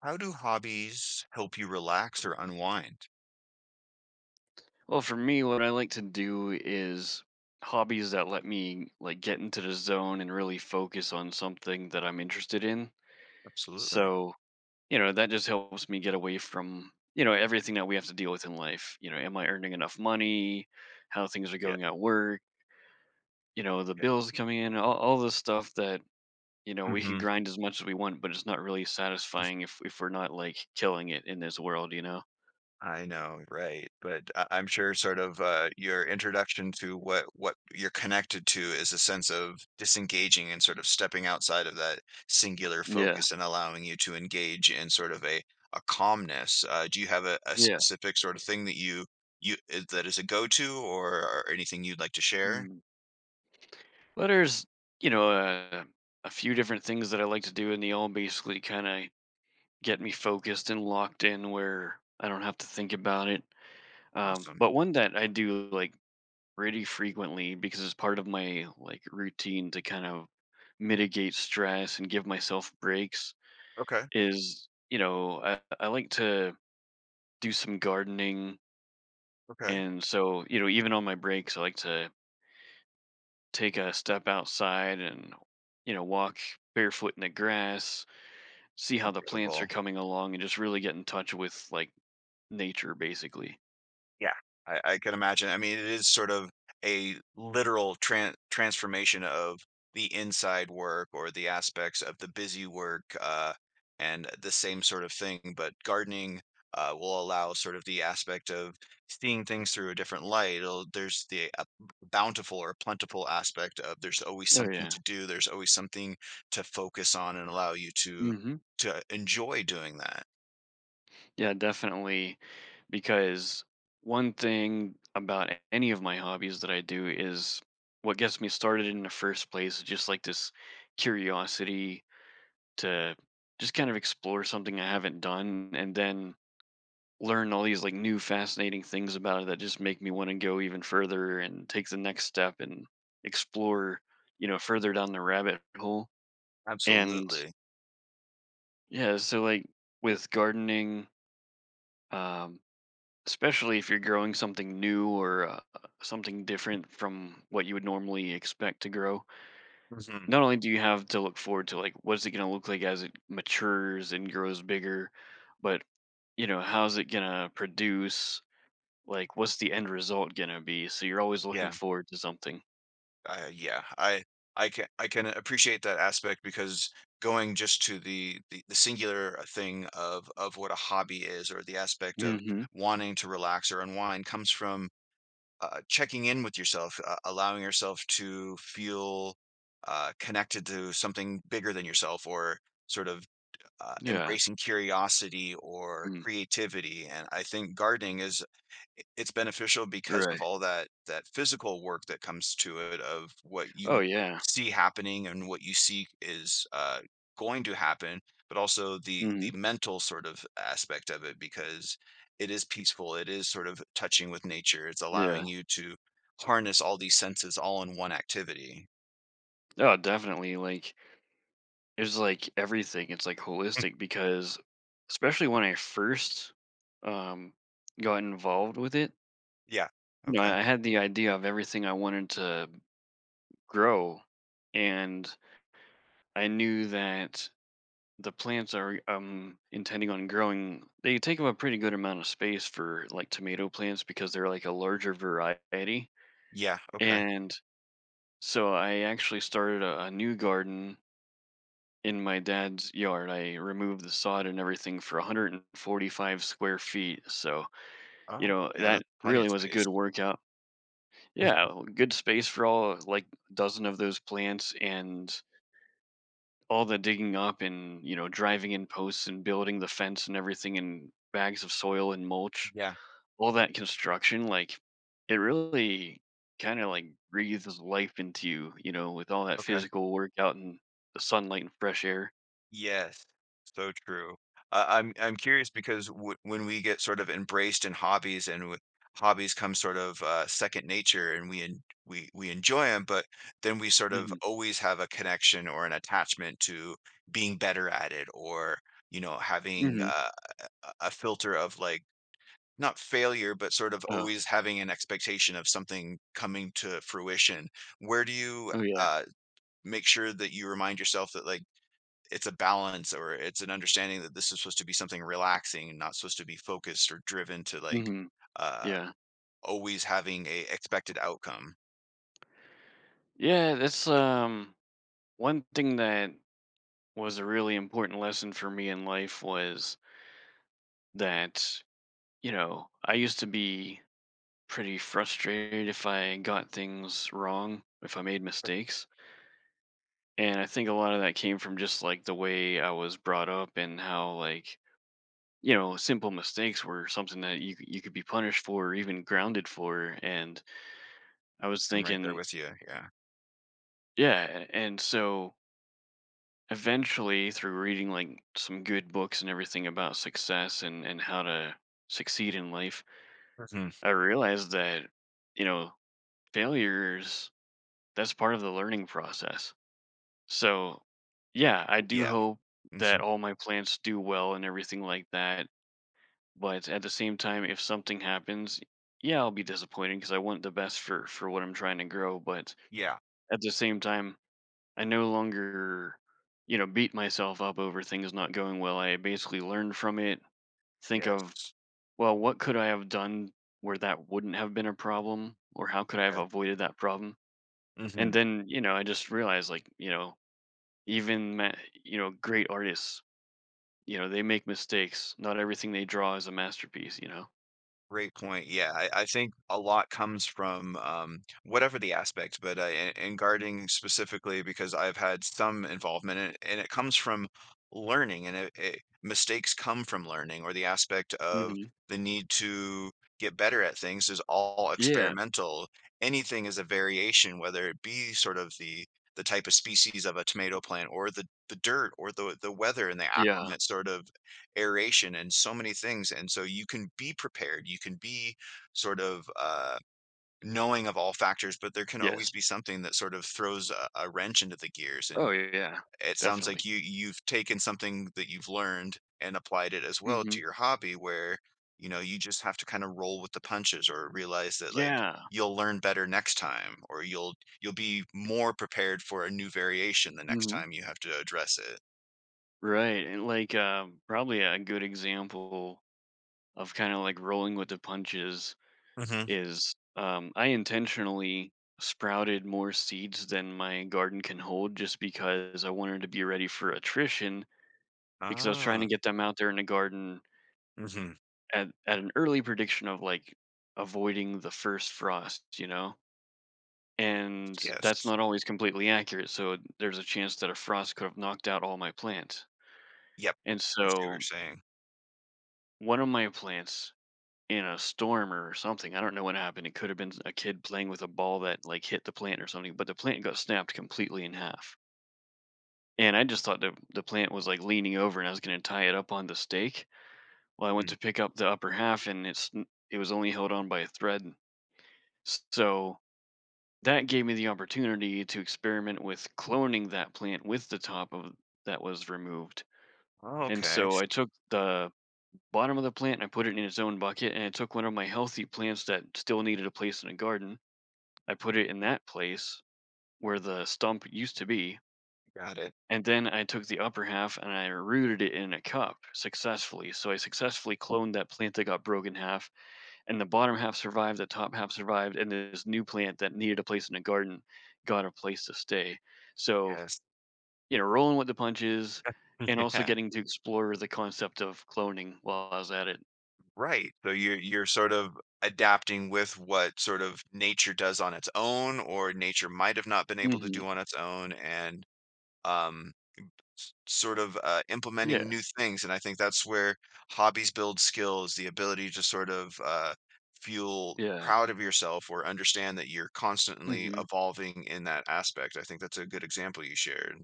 How do hobbies help you relax or unwind? Well, for me, what I like to do is hobbies that let me like get into the zone and really focus on something that I'm interested in. Absolutely. So, you know, that just helps me get away from, you know, everything that we have to deal with in life. You know, am I earning enough money? How things are Yeah, going at work? You know, the yeah. bills coming in, all this stuff that, you know, we can Mhm. grind as much as we want, but it's not really satisfying if we're not like killing it in this world, you know? I know, right, but I'm sure sort of, your introduction to what you're connected to is a sense of disengaging and sort of stepping outside of that singular Yeah. focus and allowing you to engage in sort of a calmness. Do you have a Yeah. specific sort of thing that you that is a go-to or anything you'd like to share? Well, there's, you know, a few different things that I like to do, and they all basically kind of get me focused and locked in where I don't have to think about it. Um, Awesome. but one that I do like pretty frequently because it's part of my like routine to kind of mitigate stress and give myself breaks Okay, is, you know, I like to do some gardening. okay. And so, you know, even on my breaks, I like to take a step outside and, you know, walk barefoot in the grass. See how the plants are Incredible. coming along and just really get in touch with, like, nature, basically. Yeah, I can imagine. I mean, it is sort of a literal transformation of the inside work or the aspects of the busy work, and the same sort of thing. But gardening will allow sort of the aspect of seeing things through a different light. There's the bountiful or plentiful aspect of there's always Oh, something yeah. to do. There's always something to focus on and allow you Mhm. to enjoy doing that. Yeah, definitely, because one thing about any of my hobbies that I do is what gets me started in the first place is just, like, this curiosity to just kind of explore something I haven't done and then learn all these, like, new fascinating things about it that just make me wanna go even further and take the next step and explore, you know, further down the rabbit hole. And Absolutely. yeah, so like with gardening, um, especially if you're growing something new or something different from what you would normally expect to grow, Hmm. not only do you have to look forward to like what's it going to look like as it matures and grows bigger, but you know, how's it going to produce? Like, what's the end result going to be? So you're always looking Yeah. forward to something. Yeah, I I can appreciate that aspect because going just to the singular thing of what a hobby is or the aspect of Mm-hmm. wanting to relax or unwind comes from checking in with yourself, allowing yourself to feel connected to something bigger than yourself or sort of Yeah. embracing curiosity or Mm. creativity. And I think gardening is it's beneficial because of Right. all that that physical work that comes to it of what you Oh yeah. see happening and what you see is going to happen but also Mm-hmm. the mental sort of aspect of it because it is peaceful, it is sort of touching with nature, it's Yeah. allowing you to harness all these senses all in one activity. Oh, definitely. Like it's like everything. It's like holistic because especially when I first, um, got involved with it, Yeah, you know, okay. I had the idea of everything I wanted to grow, and I knew that the plants are intending on growing, they take up a pretty good amount of space for like tomato plants because they're like a larger variety. Yeah, okay. And so I actually started a new garden in my dad's yard. I removed the sod and everything for 145 square feet. So, you Oh, know, yeah, that that's plenty of really was a space. good workout. Yeah, good space for all like dozen of those plants and all the digging up and, you know, driving in posts and building the fence and everything and bags of soil and mulch. Yeah, All that construction like it really kind of like breathes life into you, you know, with all that okay. physical workout and the sunlight and fresh air. Yes, so true. I'm curious because w when we get sort of embraced in hobbies and w hobbies come sort of, second nature and we enjoy them, but then we sort of Hmm. always have a connection or an attachment to being better at it, or, you know, having Hmm. a a filter of, like, not failure, but sort of Oh, always having an expectation of something coming to fruition. Where do you, oh yeah. uh, make sure that you remind yourself that, like, it's a balance or it's an understanding that this is supposed to be something relaxing, not supposed to be focused or driven to, like, Hmm. uh Yeah. always having a expected outcome? Yeah, that's one thing that was a really important lesson for me in life was that, you know, I used to be pretty frustrated if I got things wrong, if I made mistakes. And I think a lot of that came from just like the way I was brought up and how like, you know, simple mistakes were something that you could be punished for or even grounded for. And I was I'm right there thinking, with you. Yeah. yeah, and so eventually through reading like some good books and everything about success and how to succeed in life, Hmm. I realized that, you know, failures, that's part of the learning process. So yeah, I do Yeah. hope that Mhm. all my plants do well and everything like that, but at the same time if something happens, yeah, I'll be disappointed because I want the best for what I'm trying to grow, but Yeah. at the same time I no longer, you know, beat myself up over things not going well. I basically learned from it, think of, Yes. well, what could I have done where that wouldn't have been a problem? Or how could I have Okay. avoided that problem? And Hmm. then, you know, I just realized, like, you know, even, ma- you know, great artists, you know, they make mistakes. Not everything they draw is a masterpiece, you know? Great point. Yeah, I think a lot comes from, whatever the aspect, but in gardening specifically, because I've had some involvement in it, and it comes from learning, and mistakes come from learning, or the aspect of Hmm. the need to get better at things is all Yeah. experimental. Anything is a variation, whether it be sort of the type of species of a tomato plant, or the dirt, or the weather, and they Yeah. acclimate sort of aeration and so many things. And so you can be prepared, you can be sort of knowing of all factors, but there can always Yes. be something that sort of throws a wrench into the gears. Oh, And yeah. it sounds like Definitely. you you've taken something that you've learned and applied it as well Hmm. to your hobby, where, you know, you just have to kind of roll with the punches or realize that, like, Yeah. you'll learn better next time, or you'll be more prepared for a new variation the next time you have to address it. Right, and like, probably a good example of kinda like rolling with the punches Hmm. is, I intentionally sprouted more seeds than my garden can hold just because I wanted to be ready for attrition, because I was trying Ah. to get them out there in the garden Hmm. at an early prediction of, like, avoiding the first frost, you know? And that's Yes. not always completely accurate, so there's a chance that a frost could have knocked out all my plants, Yep. and I see what you're so saying. one of my plants in a storm or something. I don't know what happened. It could have been a kid playing with a ball that like hit the plant or something, but the plant got snapped completely in half. And I just thought the plant was like leaning over and I was going to tie it up on the stake. Well, I went Hmm. to pick up the upper half and it was only held on by a thread. So that gave me the opportunity to experiment with cloning that plant with the top of that was removed. Oh, And okay. so She I took the bottom of the plant and I put it in its own bucket and I took one of my healthy plants that still needed a place in a garden. I put it in that place where the stump used to be, got it. and then I took the upper half and I rooted it in a cup successfully. So I successfully cloned that plant that got broken in half, and the bottom half survived, the top half survived, and this new plant that needed a place in the garden got a place to stay. So, Yes. you know, rolling with the punches and also Yeah. getting to explore the concept of cloning while I was at it. Right. So you're sort of adapting with what sort of nature does on its own, or nature might have not been able to Hmm. do on its own, and, um, sort of Yeah, implementing new things. And I think that's where hobbies build skills, the ability to sort of feel yeah. proud of yourself or understand that you're constantly Hmm. evolving in that aspect. I think that's a good example you shared.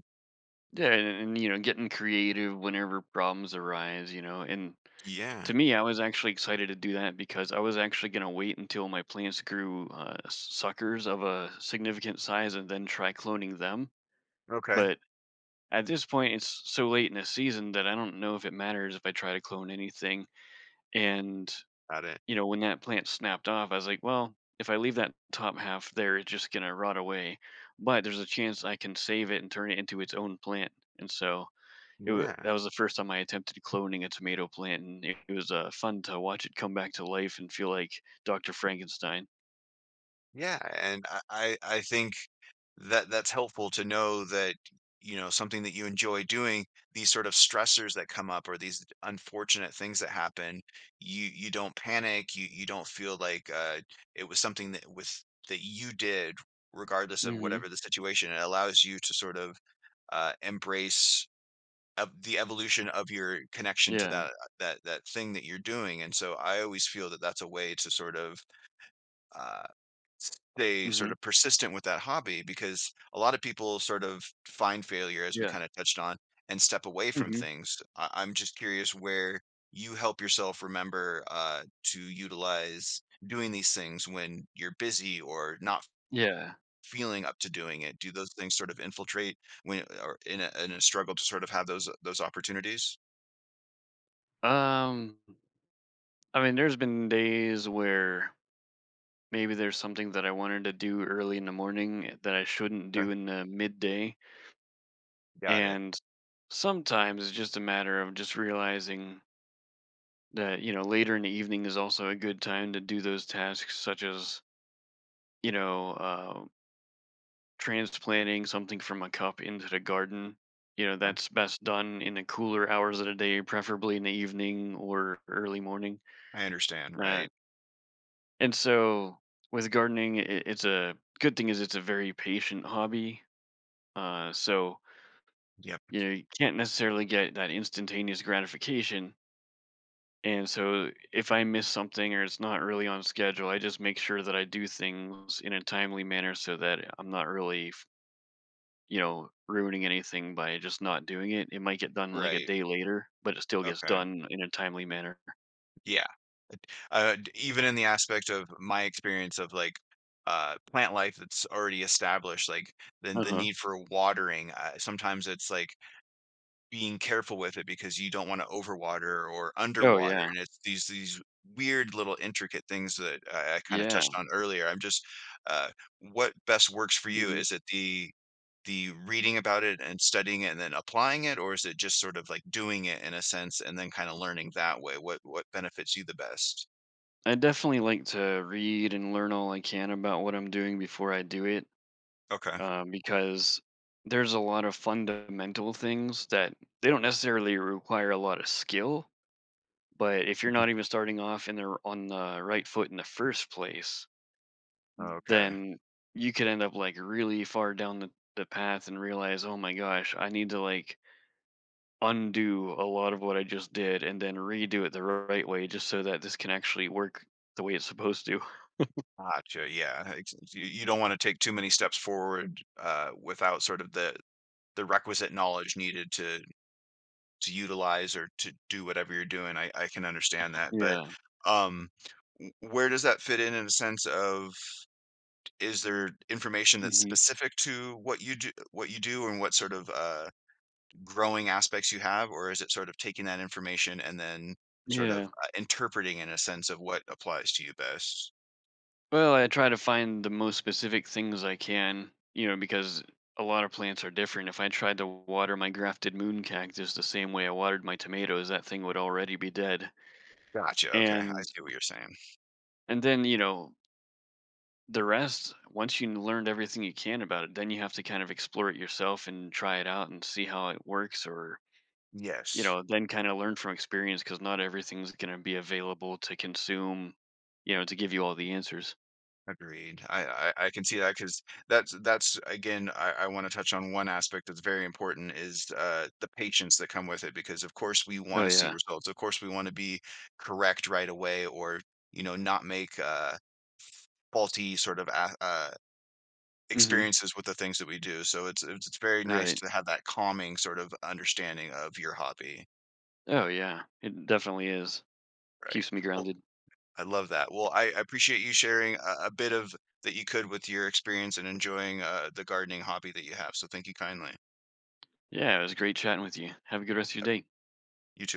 Yeah, and you know, getting creative whenever problems arise, you know, and Yeah. to me, I was actually excited to do that because I was actually going to wait until my plants grew suckers of a significant size and then try cloning them. Okay. But at this point, it's so late in the season that I don't know if it matters if I try to clone anything. And, Got it. you know, when that plant snapped off, I was like, well, if I leave that top half there, it's just going to rot away. But there's a chance I can save it and turn it into its own plant. And so it wa Yeah. that was the first time I attempted cloning a tomato plant, and it was, fun to watch it come back to life and feel like Doctor Frankenstein. Yeah, and I think that that's helpful to know that, you know, something that you enjoy doing, these sort of stressors that come up or these unfortunate things that happen, you don't panic, you don't feel like it was something that with that you did regardless of Mhm. whatever the situation. It allows you to sort of embrace of the evolution of your connection to Yeah. that that that thing that you're doing. And so I always feel that that's a way to sort of uh stay sort Mhm. of persistent with that hobby because a lot of people sort of find failure, as we Yeah. kind of touched on, and step away from Mhm. things. I'm just curious where you help yourself remember, to utilize doing these things when you're busy or not Yeah. feeling up to doing it. Do those things sort of infiltrate when or in a struggle to sort of have those opportunities? Um, I mean, there's been days where maybe there's something that I wanted to do early in the morning that I shouldn't Okay, do in the midday, got it. and sometimes it's just a matter of just realizing that, you know, later in the evening is also a good time to do those tasks such as, you know, transplanting something from a cup into the garden, you know, Okay. that's best done in the cooler hours of the day, preferably in the evening or early morning. I understand. Uh, Right. and so with gardening, it's a good thing is it's a very patient hobby. So, Yep. you know, you can't necessarily get that instantaneous gratification. And so if I miss something or it's not really on schedule, I just make sure that I do things in a timely manner so that I'm not really, you know, ruining anything by just not doing it. It might get done like a Right. day later, but it still gets Okay. done in a timely manner. Yeah. Even in the aspect of my experience of like, plant life that's already established, like the Uh-huh. need for watering. Sometimes it's like being careful with it because you don't want to overwater or Oh underwater, yeah. and it's these weird little intricate things that I kind of Yeah. touched on earlier. I'm just uh, what best works for you? Mhm. Is it the reading about it and studying it and then applying it, or is it just sort of like doing it in a sense and then kind of learning that way? What benefits you the best? I definitely like to read and learn all I can about what I'm doing before I do it, Okay. Because there's a lot of fundamental things that they don't necessarily require a lot of skill, but if you're not even starting off in on the right foot in the first place, Okay. then you could end up like really far down the path and realize, oh my gosh, I need to like undo a lot of what I just did and then redo it the right way just so that this can actually work the way it's supposed to. Gotcha. Yeah. You, you don't want to take too many steps forward, without sort of the requisite knowledge needed to utilize or to do whatever you're doing. I can understand that, but, Yeah. um, where does that fit in a sense of is there information that's Hmm. specific to what you do and what sort of growing aspects you have, or is it sort of taking that information and then sort of Yeah. Interpreting in a sense of what applies to you best? Well, I try to find the most specific things I can, you know, because a lot of plants are different. If I tried to water my grafted moon cactus the same way I watered my tomatoes, that thing would already be dead. Gotcha. Okay, I And see what you're saying. and then, you know, the rest once you learned everything you can about it, then you have to kind of explore it yourself and try it out and see how it works or, you Yes, know, then kind of learn from experience because not everything's going to be available to consume, you know, to give you all the answers. agreed. I can see that because that's again, I want to touch on one aspect that's very important is, the patience that come with it because of course we want Oh to see yeah. results. Of course we want to be correct right away or, you know, not make, faulty sort of Hmm. experiences with the things that we do. So it's very nice Right. to have that calming sort of understanding of your hobby, Oh yeah, it definitely is. right? Keeps me grounded. I love that. Well, I appreciate you sharing a bit of that you could with your experience and enjoying, the gardening hobby that you have, so thank you kindly. Yeah, it was great chatting with you. Have a good rest of your day. You too.